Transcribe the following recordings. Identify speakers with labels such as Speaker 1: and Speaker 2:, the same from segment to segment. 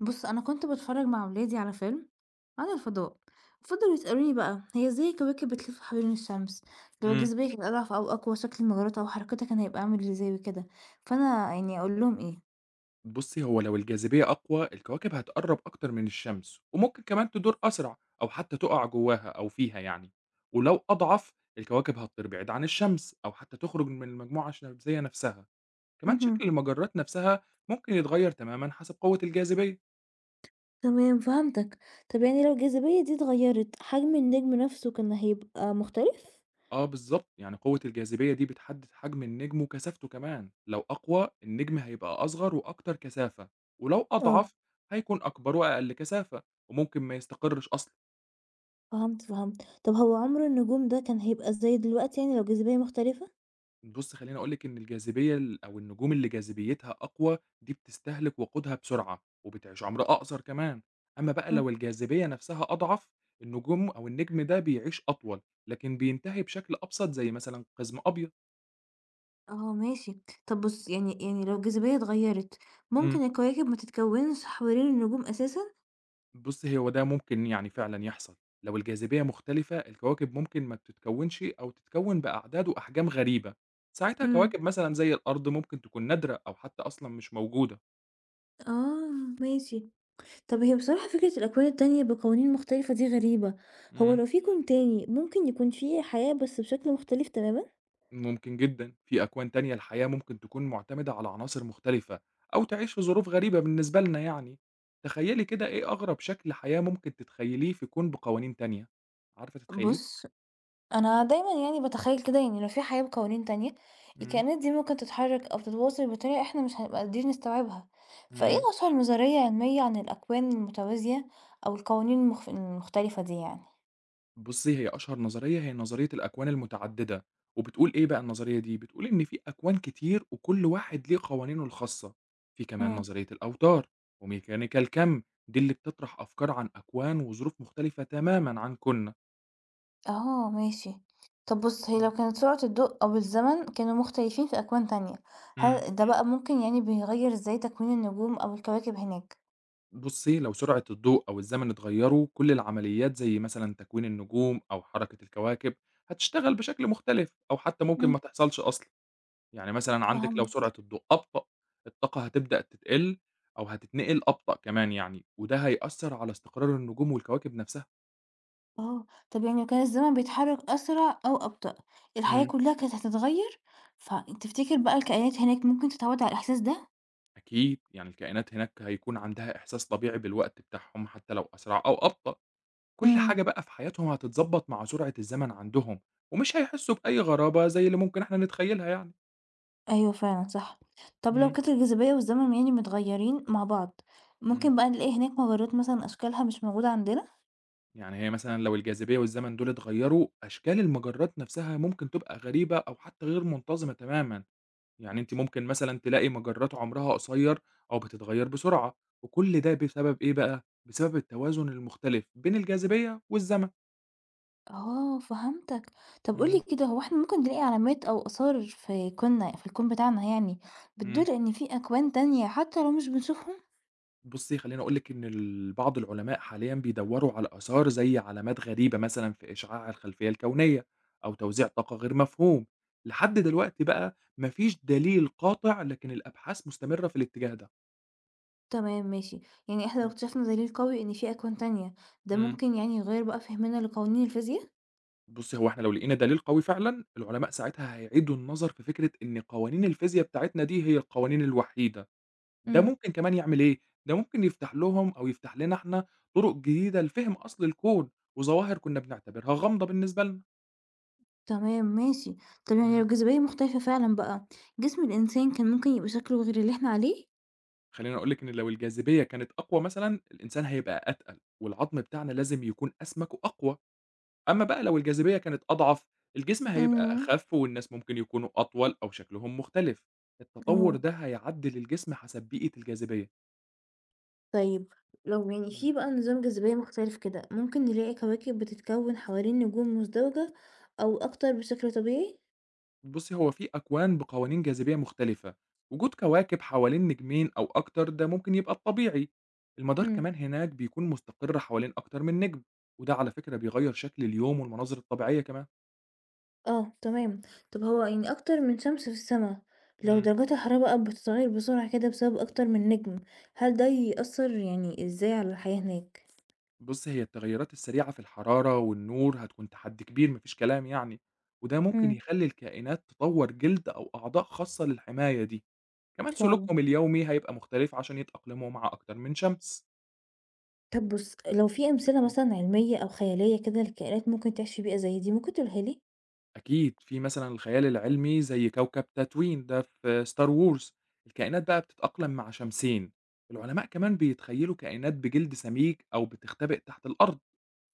Speaker 1: بُص، أنا كنت باتفرّج مع ولادي على فيلم عن الفضاء، فضلوا يسألوني بقى هي إزاي الكواكب بتلف حوالين الشمس، لو
Speaker 2: إمم.
Speaker 1: الجاذبية كانت أضعف أو أقوى شكل المجرات أو حركتها كان هيبقى عامل إزاي وكده، فأنا يعني أقول لهم إيه؟
Speaker 2: بُصّي، هو لو الجاذبية أقوى، الكواكب هتقرّب أكتر من الشمس، وممكن كمان تدور أسرع أو حتى تُقع جواها أو فيها يعني، ولو أضعف، الكواكب هتطير بعيد عن الشمس أو حتى تخرج من المجموعة الشمسية نفسها. كمان
Speaker 1: اهم.
Speaker 2: شكل المجرات نفسها ممكن يتغير تمامًا حسب قوة الجاذبية.
Speaker 1: تمام فهمتك، طب يعني لو الجاذبية دي اتغيّرت حجم النجم نفسه كان هيبقى مختلف؟
Speaker 2: آه بالضبط، يعني قوة الجاذبية دي بتحدد حجم النجم وكثافته كمان، لو أقوى، النجم هيبقى أصغر وأكتر كثافة، ولو
Speaker 1: آه.
Speaker 2: أضعف، هيكون أكبر وأقل كثافة، وممكن ما يستقرش أصلًا.
Speaker 1: آه، فهمت، فهمت، طب هو عمر النجوم ده كان هيبقى إزاي دلوقتي يعني لو الجاذبية مختلفة؟
Speaker 2: بُصّي، خلّيني أقول لِك إن الجاذبية أو النجوم اللي جاذبيتها أقوى دي بتستهلك وقودها بسرعة، وبتعيش عمر أقصر كمان، أمّا بقى لو الجاذبية نفسها أضعف، النجوم أو النجم ده بيعيش أطول، لكن بينتهي بشكل أبسط زي مثلًا قزم أبيض.
Speaker 1: آه ماشي. طب بُص، يعني لو الجاذبية اتغيّرت،
Speaker 2: إمم.
Speaker 1: ممكن الكواكب ما تتكوِّنش حوالين النجوم أساسًا؟
Speaker 2: بُصّي، هو ده ممكن يعني فعلًا يحصل، لو الجاذبية مختلفة الكواكب ممكن ما بتتكوّنش أو تتكوّن بأعداد وأحجام غريبة، ساعتها
Speaker 1: إمم.
Speaker 2: كواكب مثلًا زي الأرض ممكن تكون نادرة أو حتى أصلًا مش موجودة.
Speaker 1: آه ماشي. طب هي بصراحة فكرة الأكوان التانية بقوانين مختلفة دي غريبة، هو
Speaker 2: إمم.
Speaker 1: لو في كون تاني ممكن يكون فيه حياة بس بشكل مختلف تمامًا؟
Speaker 2: ممكن جدًا، في أكوان تانية الحياة ممكن تكون مُعتمدة على عناصر مختلفة، أو تعيش في ظروف غريبة بالنسبة لنا يعني، تخيّلي كده إيه أغرب شكل حياة ممكن تتخيّليه في كون بقوانين تانية، عارفة تتخيّليه؟
Speaker 1: بُص، أنا دايمًا يعني باتخيّل كده يعني لو في حياة بقوانين تانية،
Speaker 2: إمم،
Speaker 1: الكائنات دي ممكن تتحرك أو تتواصل بطريقة إحنا مش هنبقى قادرين نستوعبها، فإيه
Speaker 2: إمم.
Speaker 1: أشهر نظرية علمية عن الأكوان المتوازية أو القوانين المختلفة دي يعني؟
Speaker 2: بُصّي، هي أشهر نظرية هي نظرية الأكوان المتعددة، وبتقول إيه بقى النظرية دي، بتقول إن في أكوان كتير وكل واحد ليه قوانينه الخاصة، في كمان
Speaker 1: إمم.
Speaker 2: نظرية الأوتار، وميكانيكا الكم، دي اللي بتطرح أفكار عن أكوان وظروف مختلفة تمامًا عن كُوننا.
Speaker 1: آه ماشي. طب بُص، هي لو
Speaker 2: إمم،
Speaker 1: كانت سرعة الضوء أو الزمن كانوا مختلفين في أكوان تانية،
Speaker 2: إمم.
Speaker 1: هل ده بقى ممكن يعني بيغيّر إزاي تكوين النجوم أو الكواكب هناك؟
Speaker 2: بُصّي، لو سرعة الضوء أو الزمن اتغيّروا، كل العمليات زي مثلًا تكوين النجوم أو حركة الكواكب هتشتغل بشكل مختلف أو حتى ممكن
Speaker 1: إمم،
Speaker 2: ما تحصلش أصلًا. يعني مثلًا عندِك لو
Speaker 1: فهمت.
Speaker 2: سرعة الضوء أبطأ، الطاقة هتبدأ تتقِل أو هتتنقل أبطأ كمان يعني، وده هيأثّر على استقرار النجوم والكواكب نفسها.
Speaker 1: آه. طب يعني لو كان الزمن بيتحرك أسرع أو أبطأ، الحياة
Speaker 2: إمم.
Speaker 1: كلّها كانت هتتغيّر؟ فتفتكر بقى الكائنات هناك ممكن تتعوّد على الإحساس ده؟
Speaker 2: أكيد، يعني الكائنات هناك هيكون عندها إحساس طبيعي بالوقت بتاعهم حتى لو أسرع أو أبطأ. كل
Speaker 1: إمم.
Speaker 2: حاجة بقى في حياتهم هتتضبّط مع سرعة الزمن عندهم، ومش هيحسّوا بأي غرابة زي اللي ممكن إحنا نتخيّلها يعني.
Speaker 1: أيوه فعلًا صح. طب لو
Speaker 2: إمم،
Speaker 1: كانت الجاذبية والزمن يعني متغيّرين مع بعض،
Speaker 2: إمم،
Speaker 1: ممكن بقى نلاقي هناك مجرات مثلًا أشكالها مش موجودة عندنا؟
Speaker 2: يعني هي مثلًا لو الجاذبية والزمن دول اتغيّروا، أشكال المجرات نفسها ممكن تبقى غريبة أو حتى غير منتظمة تمامًا، يعني أنتِ ممكن مثلًا تلاقي مجرات عمرها قصيّر أو بتتغيّر بسرعة، وكل ده بسبب إيه بقى؟ بسبب التوازن المختلف بين الجاذبية والزمن،
Speaker 1: آه، فهمتك. طب قُل لي
Speaker 2: إمم،
Speaker 1: كده هو إحنا ممكن نلاقي علامات أو آثار في كوننا في الكون بتاعنا يعني
Speaker 2: إمم.
Speaker 1: بتدل إن في أكوان تانية حتى لو مش بنشوفهم؟
Speaker 2: بُصّي، خلّيني أقول لِك إن بعض العلماء حاليًا بيدوّروا على آثار زي علامات غريبة مثلًا في إشعاع الخلفية الكونية أو توزيع طاقة غير مفهوم، لحد دلوقتي بقى ما فيش دليل قاطع لكن الأبحاث مستمرة في الاتجاه ده.
Speaker 1: تمام ماشي، يعني إحنا لو
Speaker 2: إمم،
Speaker 1: اكتشفنا دليل قوي إن في أكوان تانية، ده
Speaker 2: إمم.
Speaker 1: ممكن يعني يغيّر بقى فهمنا لقوانين الفيزياء؟
Speaker 2: بُصّي، هو إحنا لو لقينا دليل قوي فعلًا، العلماء ساعتها هيعيدوا النظر في فكرة إن قوانين الفيزيا بتاعتنا دي هي القوانين الوحيدة، ده
Speaker 1: إمم،
Speaker 2: ممكن كمان يعمل إيه، ده ممكن يفتح لهم أو يفتح لنا إحنا طرق جديدة لفهم أصل الكون وظواهر كنا بنعتبرها غامضة بالنسبة
Speaker 1: تمام ماشي. طب يعني لو
Speaker 2: لنا.
Speaker 1: الجاذبية مختلفة فعلًا بقى، جسم الإنسان كان ممكن يبقى شكله غير اللي إحنا عليه؟
Speaker 2: خلّيني أقول لِك إن لو الجاذبية كانت أقوى مثلًا، الإنسان هيبقى أتقل، والعضم بتاعنا لازم يكون أسمك وأقوى، أمّا بقى لو الجاذبية كانت أضعف، الجسم هيبقى
Speaker 1: اهم،
Speaker 2: أخف والناس ممكن يكونوا أطول أو شكلهم مختلف، التطور
Speaker 1: آه.
Speaker 2: ده هيعدِّل الجسم حسب بيئة الجاذبية.
Speaker 1: طيب لو يعني في
Speaker 2: إمم.
Speaker 1: بقى نظام جاذبية مختلف كده ممكن نلاقي كواكب بتتكون حوالين نجوم مزدوجة أو أكتر بشكل طبيعي؟
Speaker 2: بُصّي، هو في أكوان بقوانين جاذبية مختلفة، وجود كواكب حوالين نجمين أو أكتر ده ممكن يبقى الطبيعي، المدار
Speaker 1: امم.
Speaker 2: كمان هناك بيكون مستقر حوالين أكتر من نجم، وده على فكرة بيغيّر شكل اليوم والمناظر الطبيعية كمان.
Speaker 1: اه تمام. طب هو يعني أكتر من شمس في السماء لو
Speaker 2: إمم.
Speaker 1: درجات الحرارة بقى بتتغير بسرعة كده بسبب أكتر من نجم هل ده يأثر يعني إزاي على الحياة هناك؟
Speaker 2: بُص، هي التغيرات السريعة في الحرارة والنور هتكون تحدي كبير ما فيش كلام يعني، وده ممكن
Speaker 1: امم.
Speaker 2: يخلّي الكائنات تطوّر جلد أو أعضاء خاصة للحماية دي، كمان
Speaker 1: فعلا.
Speaker 2: سلوكهم اليومي هيبقى مختلف عشان يتأقلموا مع أكتر من شمس.
Speaker 1: طب بص لو في أمثلة
Speaker 2: إمم.
Speaker 1: مثلا علمية أو خيالية كده لكائنات ممكن تعيش في بيئة زي دي ممكن تقولها لي؟
Speaker 2: أكيد في مثلًا الخيال العلمي زي كوكب تاتوين ده في Star Wars الكائنات بقى بتتأقلم مع شمسين، العلماء كمان بيتخيلوا كائنات بجلد سميك أو بتختبئ تحت الأرض،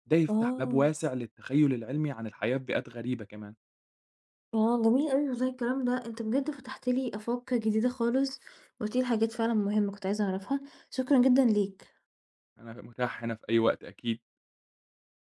Speaker 2: ده يفتح باب
Speaker 1: اه.
Speaker 2: واسع للتخيل العلمي عن الحياة في بيئات غريبة كمان.
Speaker 1: آه، جميل أوي والله الكلام ده، أنت بجد فتحت لي آفاق جديدة خالص، وقُلت لي حاجات فعلًا مهمة كنت عايزة أعرفها، شكرًا جدًا ليك.
Speaker 2: أنا متاح هنا في أي وقت أكيد،